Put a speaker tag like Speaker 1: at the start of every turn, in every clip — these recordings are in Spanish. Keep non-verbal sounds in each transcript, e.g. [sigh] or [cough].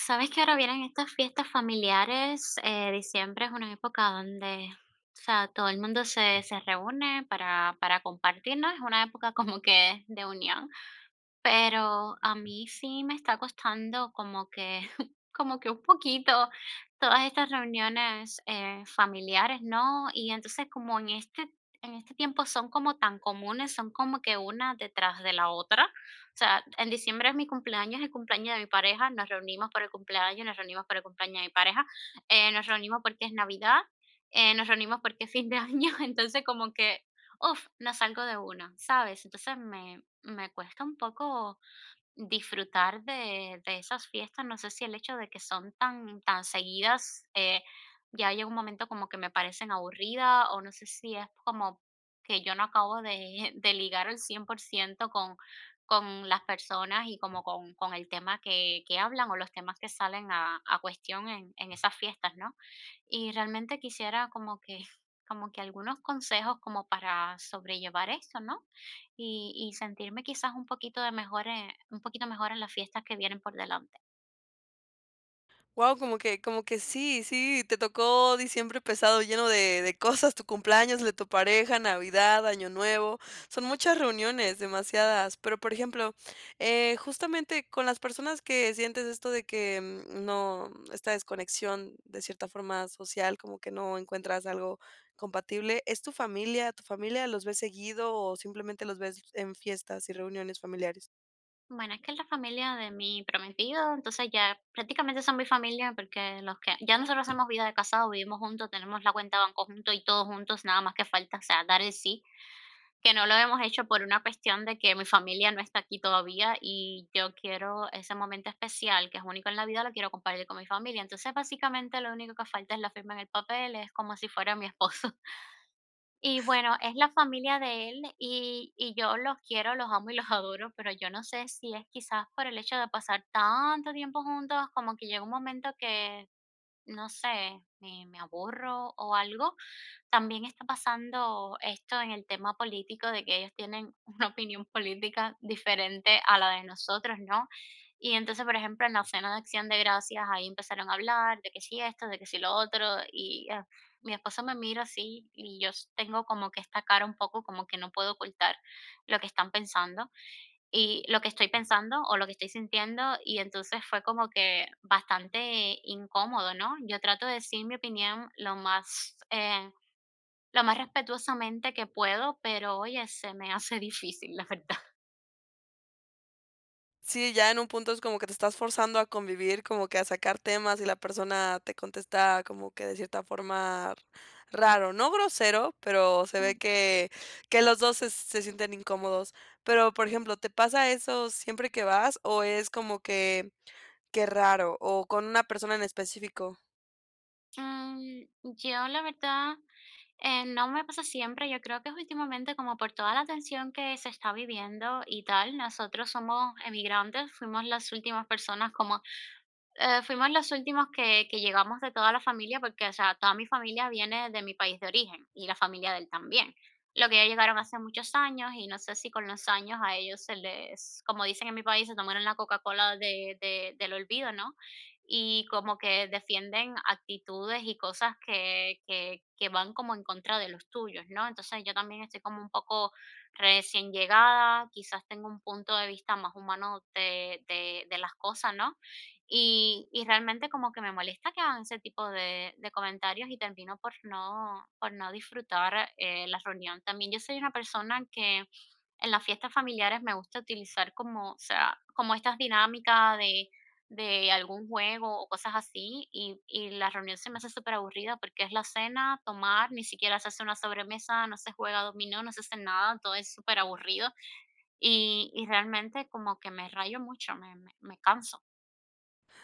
Speaker 1: Sabes que ahora vienen estas fiestas familiares. Diciembre es una época donde, o sea, todo el mundo se reúne para compartir, ¿no? Es una época como que de unión. Pero a mí sí me está costando como que [laughs] como que un poquito todas estas reuniones, familiares, ¿no? Y entonces, como en este tiempo son como tan comunes, son como que una detrás de la otra. O sea, en diciembre es mi cumpleaños, el cumpleaños de mi pareja, nos reunimos por el cumpleaños, nos reunimos por el cumpleaños de mi pareja, nos reunimos porque es Navidad, nos reunimos porque es fin de año, [laughs] entonces como que, uf, no salgo de una, ¿sabes? Entonces me cuesta un poco disfrutar de esas fiestas. No sé si el hecho de que son tan, tan seguidas ya llega un momento como que me parecen aburridas o no sé si es como que yo no acabo de, [laughs] de ligar al 100% con las personas y como con el tema que hablan o los temas que salen a cuestión en esas fiestas, ¿no? Y realmente quisiera como que, [laughs] como que algunos consejos como para sobrellevar esto, ¿no? Y sentirme quizás un poquito de mejor, un poquito mejor en las fiestas que vienen por delante.
Speaker 2: Wow, como que sí, sí, te tocó diciembre pesado, lleno de cosas: tu cumpleaños, el de tu pareja, Navidad, Año Nuevo, son muchas reuniones, demasiadas. Pero, por ejemplo, justamente con las personas que sientes esto de que, no, esta desconexión de cierta forma social, como que no encuentras algo compatible, ¿es tu familia? ¿Tu familia los ves seguido o simplemente los ves en fiestas y reuniones familiares?
Speaker 1: Bueno, es que es la familia de mi prometido, entonces ya prácticamente son mi familia porque los que ya nosotros hacemos vida de casado, vivimos juntos, tenemos la cuenta de banco juntos y todos juntos, nada más que falta, o sea, dar el sí, que no lo hemos hecho por una cuestión de que mi familia no está aquí todavía y yo quiero ese momento especial que es único en la vida, lo quiero compartir con mi familia. Entonces, básicamente lo único que falta es la firma en el papel, es como si fuera mi esposo. Y bueno, es la familia de él y yo los quiero, los amo y los [laughs] adoro, pero yo no sé si es quizás por el hecho de pasar tanto tiempo juntos, como que llega un momento que, no sé, me aburro o algo, también está pasando esto en el tema político, de que ellos tienen [laughs] una opinión política diferente a la de nosotros, ¿no? Y entonces, por ejemplo, en la cena de Acción de Gracias, ahí empezaron a hablar de que sí esto, de que sí lo otro, y mi esposo me mira así y yo tengo como que esta cara un poco como que no puedo ocultar lo que están pensando y lo que estoy pensando o lo que estoy sintiendo, y entonces fue como que bastante incómodo, ¿no? Yo trato de decir mi opinión lo más respetuosamente que puedo, pero oye, se me hace difícil, la verdad.
Speaker 2: Sí, ya en un punto es como que te estás forzando a convivir, como que a sacar temas y la persona te contesta como que de cierta forma raro, no grosero, pero se
Speaker 1: Mm,
Speaker 2: ve que los dos se, se sienten incómodos. Pero, por ejemplo, ¿te pasa eso siempre que vas o es como que raro o con una persona en específico?
Speaker 1: mm, yo, la verdad, no me pasa siempre. Yo creo que es últimamente, como por toda la tensión que se está viviendo y tal, nosotros somos emigrantes, fuimos las últimas personas como fuimos los últimos que llegamos de toda la familia, porque, o sea, toda mi familia viene de mi país de origen y la familia de él también. Lo que ellos llegaron hace muchos años y no sé si con los años a ellos se les, como dicen en mi país, se tomaron la Coca-Cola de del olvido, ¿no? Y como que defienden actitudes y cosas que van como en contra de los tuyos, ¿no? Entonces, yo también estoy como un poco recién llegada, quizás tengo un punto de vista más humano de las cosas, ¿no? Y realmente como que me molesta que hagan ese tipo de comentarios y termino por no disfrutar, la reunión. También yo soy una persona que en las fiestas familiares me gusta utilizar como, o sea, como estas dinámicas de algún juego o cosas así, y la reunión se me hace superaburrida porque es la cena, tomar, ni siquiera se hace una sobremesa, no se juega dominó, no se hace nada, todo es súper aburrido y realmente como que me rayo mucho, me canso.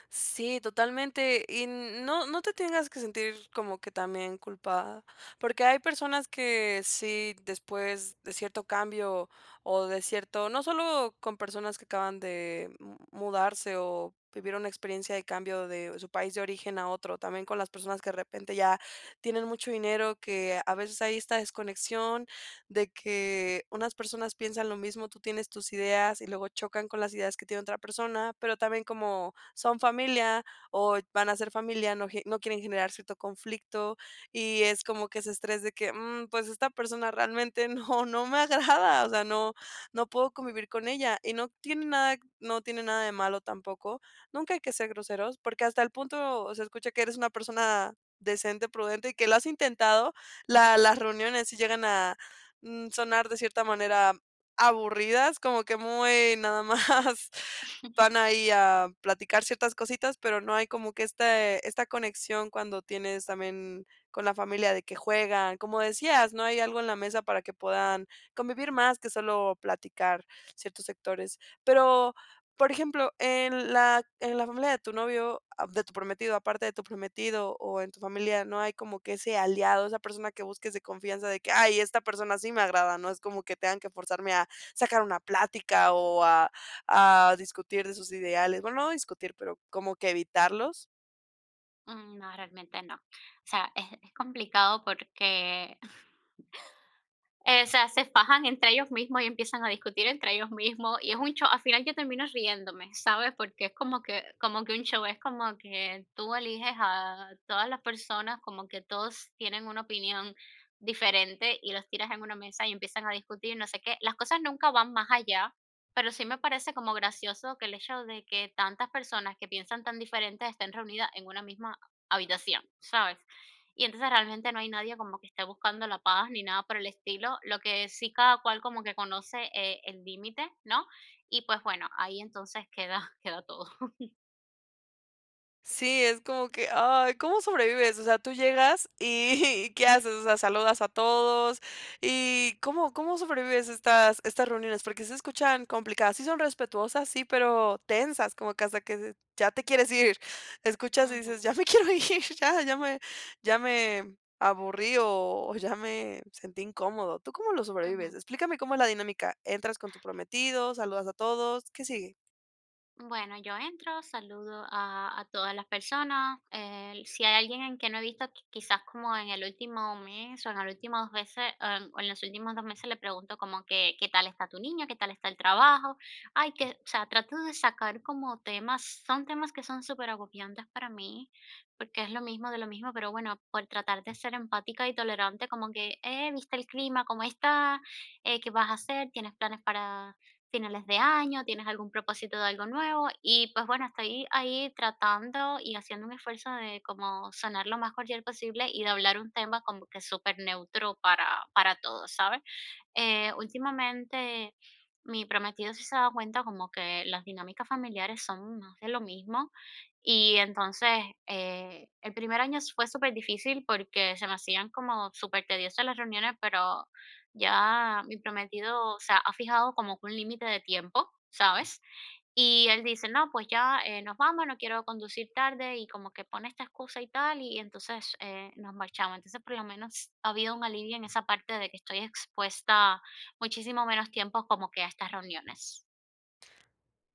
Speaker 2: Sí, totalmente. Y no, no te tengas que sentir como que también culpada, porque hay personas que sí, después de cierto cambio o de cierto, no solo con personas que acaban de mudarse o vivir una experiencia de cambio de su país de origen a otro, también con las personas que de repente ya tienen mucho dinero, que a veces hay esta desconexión de que unas personas piensan lo mismo, tú tienes tus ideas y luego chocan con las ideas que tiene otra persona, pero también como son familia o van a ser familia, no, no quieren generar cierto conflicto y es como que ese estrés de que: "Mm, pues esta persona realmente [laughs] no, no me agrada, o sea, no, no puedo convivir con ella" y no tiene nada, no tiene nada de malo tampoco. Nunca hay que ser groseros porque hasta el punto se escucha que eres una persona decente, prudente y que lo has intentado. Las reuniones si llegan a, sonar de cierta manera aburridas, como que muy nada más [laughs] van ahí a platicar ciertas cositas, pero no hay como que este esta conexión cuando tienes también con la familia de que juegan, como decías, no hay algo en la mesa para que puedan convivir más que solo platicar ciertos sectores. Pero por ejemplo, en la familia de tu novio, ah, de tu prometido, aparte de tu prometido o en tu familia, ¿no hay como que ese aliado, esa persona que busques de confianza de que: "Ay, esta persona sí me agrada"? No es como que tengan que forzarme a sacar una plática o a discutir de sus ideales. Bueno, no discutir, pero como que evitarlos.
Speaker 1: Mm, no, realmente no. O sea, es complicado porque [laughs] o sea, se fajan entre ellos mismos y empiezan a discutir entre ellos mismos y es un show, al final yo termino riéndome, ¿sabes? Porque es como que un show, es como que tú eliges a todas las personas, como que todos tienen una opinión diferente y los tiras en una mesa y empiezan a discutir, no sé qué. Las cosas nunca van más allá, pero sí me parece como gracioso que el hecho de que tantas personas que piensan tan diferentes estén reunidas en una misma habitación, ¿sabes? Y entonces realmente no hay nadie como que esté buscando la paz ni nada por el estilo, lo que sí cada cual como que conoce, el límite, ¿no? Y pues bueno, ahí entonces queda [laughs] queda todo.
Speaker 2: Sí, es como que, ay, ¿cómo sobrevives? O sea, tú llegas y [laughs] ¿qué haces? O sea, saludas a todos y ¿cómo, cómo sobrevives estas, estas reuniones? Porque se escuchan complicadas, sí son respetuosas, sí, pero tensas, como que hasta que ya te quieres ir, escuchas y
Speaker 1: Ujú,
Speaker 2: dices, ya me quiero ir, [laughs] ya, ya me aburrí o ya me sentí incómodo. ¿Tú cómo lo sobrevives?
Speaker 1: ujú.
Speaker 2: Explícame cómo es la dinámica. ¿Entras con tu prometido, saludas a todos? ¿Qué sigue?
Speaker 1: Bueno, yo entro, saludo a todas las personas. Si hay alguien en que no he visto, quizás como en el último mes o en, el último dos veces, o en los últimos dos meses le pregunto como que qué tal está tu niño, qué tal está el trabajo. Ay, que, o sea, trato de sacar como temas, son temas que son súper agobiantes para mí, porque es lo mismo de lo mismo, pero bueno, por tratar de ser empática y tolerante, como que, ¿viste el clima? ¿Cómo está? ¿Qué vas a hacer? ¿Tienes planes para finales de año, tienes algún propósito de algo nuevo y pues bueno, estoy ahí tratando y haciendo un esfuerzo de como sonar lo más cordial posible y de hablar un tema como que súper neutro para todos, ¿sabes? Últimamente mi prometido sí se ha dado cuenta como que las dinámicas familiares son más de lo mismo y entonces el primer año fue súper difícil porque se me hacían como súper tediosas las reuniones, pero ya mi prometido, o sea, ha fijado como que un límite de tiempo, ¿sabes? Y él dice, no, pues ya nos vamos, no quiero conducir tarde y como que pone esta excusa y tal, y entonces nos marchamos. Entonces por lo menos ha habido un alivio en esa parte de que estoy expuesta muchísimo menos tiempo como que a estas reuniones.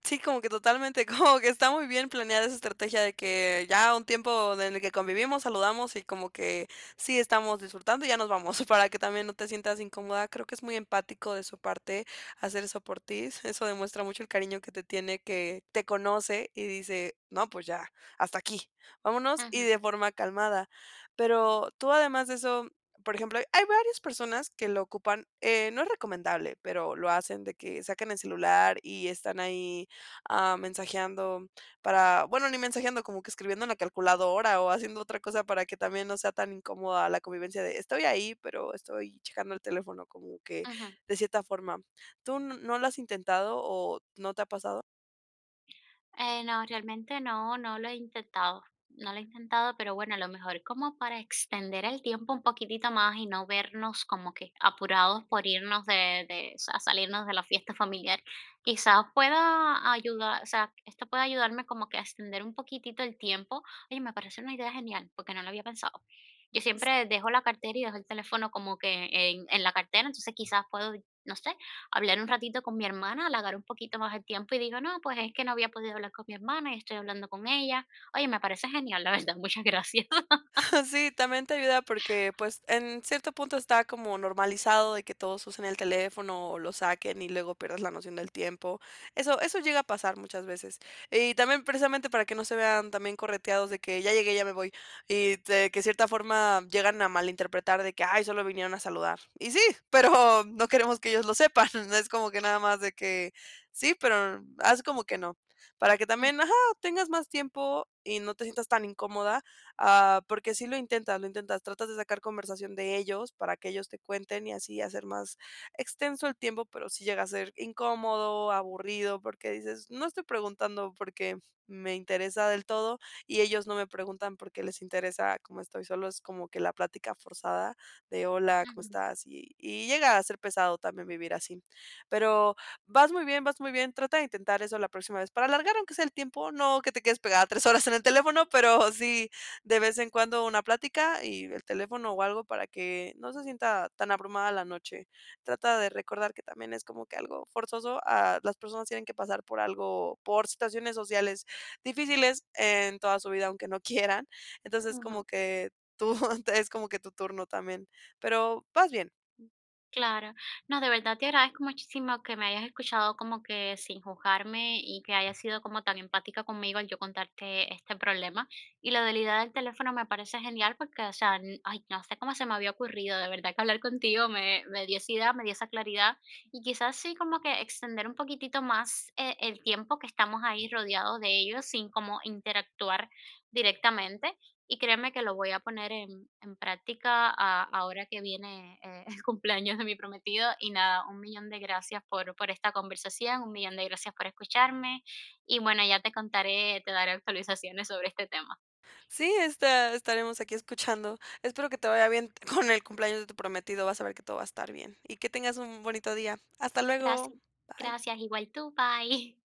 Speaker 2: Sí, como que totalmente, [laughs] como que está muy bien planeada esa estrategia de que ya un tiempo en el que convivimos, saludamos y como que sí estamos disfrutando y ya nos vamos, [laughs] para que también no te sientas incómoda. Creo que es muy empático de su parte hacer eso por ti. [laughs] Eso demuestra mucho el cariño que te tiene, que te conoce y dice, no, pues ya, hasta aquí, vámonos y
Speaker 1: Ujú,
Speaker 2: de forma calmada. Pero tú además de eso... Por ejemplo, hay varias personas que lo ocupan, no es recomendable, pero lo hacen de que sacan el celular y están ahí ah, mensajeando para, bueno, ni mensajeando, como que escribiendo en la calculadora o haciendo otra cosa para que también no sea tan incómoda la convivencia de estoy ahí, pero estoy checando el teléfono, como que
Speaker 1: ujú.
Speaker 2: de cierta forma. ¿Tú no lo has intentado o no te ha pasado?
Speaker 1: No, realmente no, no lo he intentado. No lo he intentado, pero bueno, a lo mejor como para extender el tiempo un poquitito más y no vernos como que apurados por irnos de, o sea, salirnos de la fiesta familiar, quizás pueda ayudar, o sea, esto puede ayudarme como que a extender un poquitito el tiempo. Oye, me parece una idea genial, porque no lo había pensado. Yo siempre dejo la cartera y dejo el teléfono como que en la cartera, entonces quizás puedo, no sé, hablar un ratito con mi hermana, alargar un poquito más el tiempo y digo, no, pues es que no había podido hablar con mi hermana y estoy hablando con ella. Oye, me parece genial, la verdad, muchas gracias.
Speaker 2: [laughs] Sí, también te ayuda porque, pues, en cierto punto está como normalizado de que todos usen el teléfono o lo saquen y luego pierdas la noción del tiempo. Eso llega a pasar muchas veces. Y también precisamente para que no se vean también correteados de que ya llegué, ya me voy. Y de que cierta forma llegan a malinterpretar de que: "Ay, solo vinieron a saludar". Y sí, [laughs] pero no queremos que ellos lo sepan. [laughs] Es como que nada más de que sí, pero haz como que no. Para que
Speaker 1: [laughs] Ujú,
Speaker 2: también, ajá, tengas más tiempo y no te sientas tan incómoda. Ah, porque sí lo intentas, tratas de sacar conversación de ellos para que ellos te cuenten y así hacer más extenso el tiempo, pero sí llega a ser incómodo, aburrido, porque dices, no estoy preguntando porque me interesa del todo y ellos no me preguntan porque les interesa cómo estoy, solo es como que la plática forzada de hola, ¿cómo
Speaker 1: ujú,
Speaker 2: estás? Y llega a ser pesado también vivir así. Pero vas muy bien, trata de intentar eso la próxima vez para alargar aunque sea el tiempo, no que te quedes pegada 3 horas en el teléfono, pero sí de vez en cuando una plática y el teléfono o algo para que no se sienta tan abrumada la noche. Trata de recordar que también es como que algo forzoso, ah, las personas tienen que pasar por algo, por situaciones sociales difíciles en toda su vida, aunque no quieran. Entonces, como
Speaker 1: ujú.
Speaker 2: que tú [laughs] es como que tu turno también, pero vas bien.
Speaker 1: Claro. No, de verdad te agradezco muchísimo que me hayas escuchado como que sin juzgarme y que hayas sido como tan empática conmigo al yo contarte este problema. Y lo de la idea del teléfono me parece genial porque, o sea, ay, no sé cómo se me había ocurrido, de verdad que hablar contigo me, me dio esa idea, me dio esa claridad. Y quizás sí como que extender un poquitito más el tiempo que estamos ahí rodeados de ellos sin como interactuar directamente. Y créeme que lo voy a poner en práctica ahora que viene [laughs] el cumpleaños de mi prometido. Y nada, un millón de gracias por esta conversación, un millón de gracias por escucharme. Y bueno, ya te contaré, te daré actualizaciones sobre este tema.
Speaker 2: Sí, esta estaremos aquí escuchando. Espero que te vaya bien [laughs] con el cumpleaños de tu prometido, vas a ver que todo va a estar bien y que tengas un bonito día. Hasta luego.
Speaker 1: Gracias,
Speaker 2: Bye.
Speaker 1: gracias, igual tú, bye.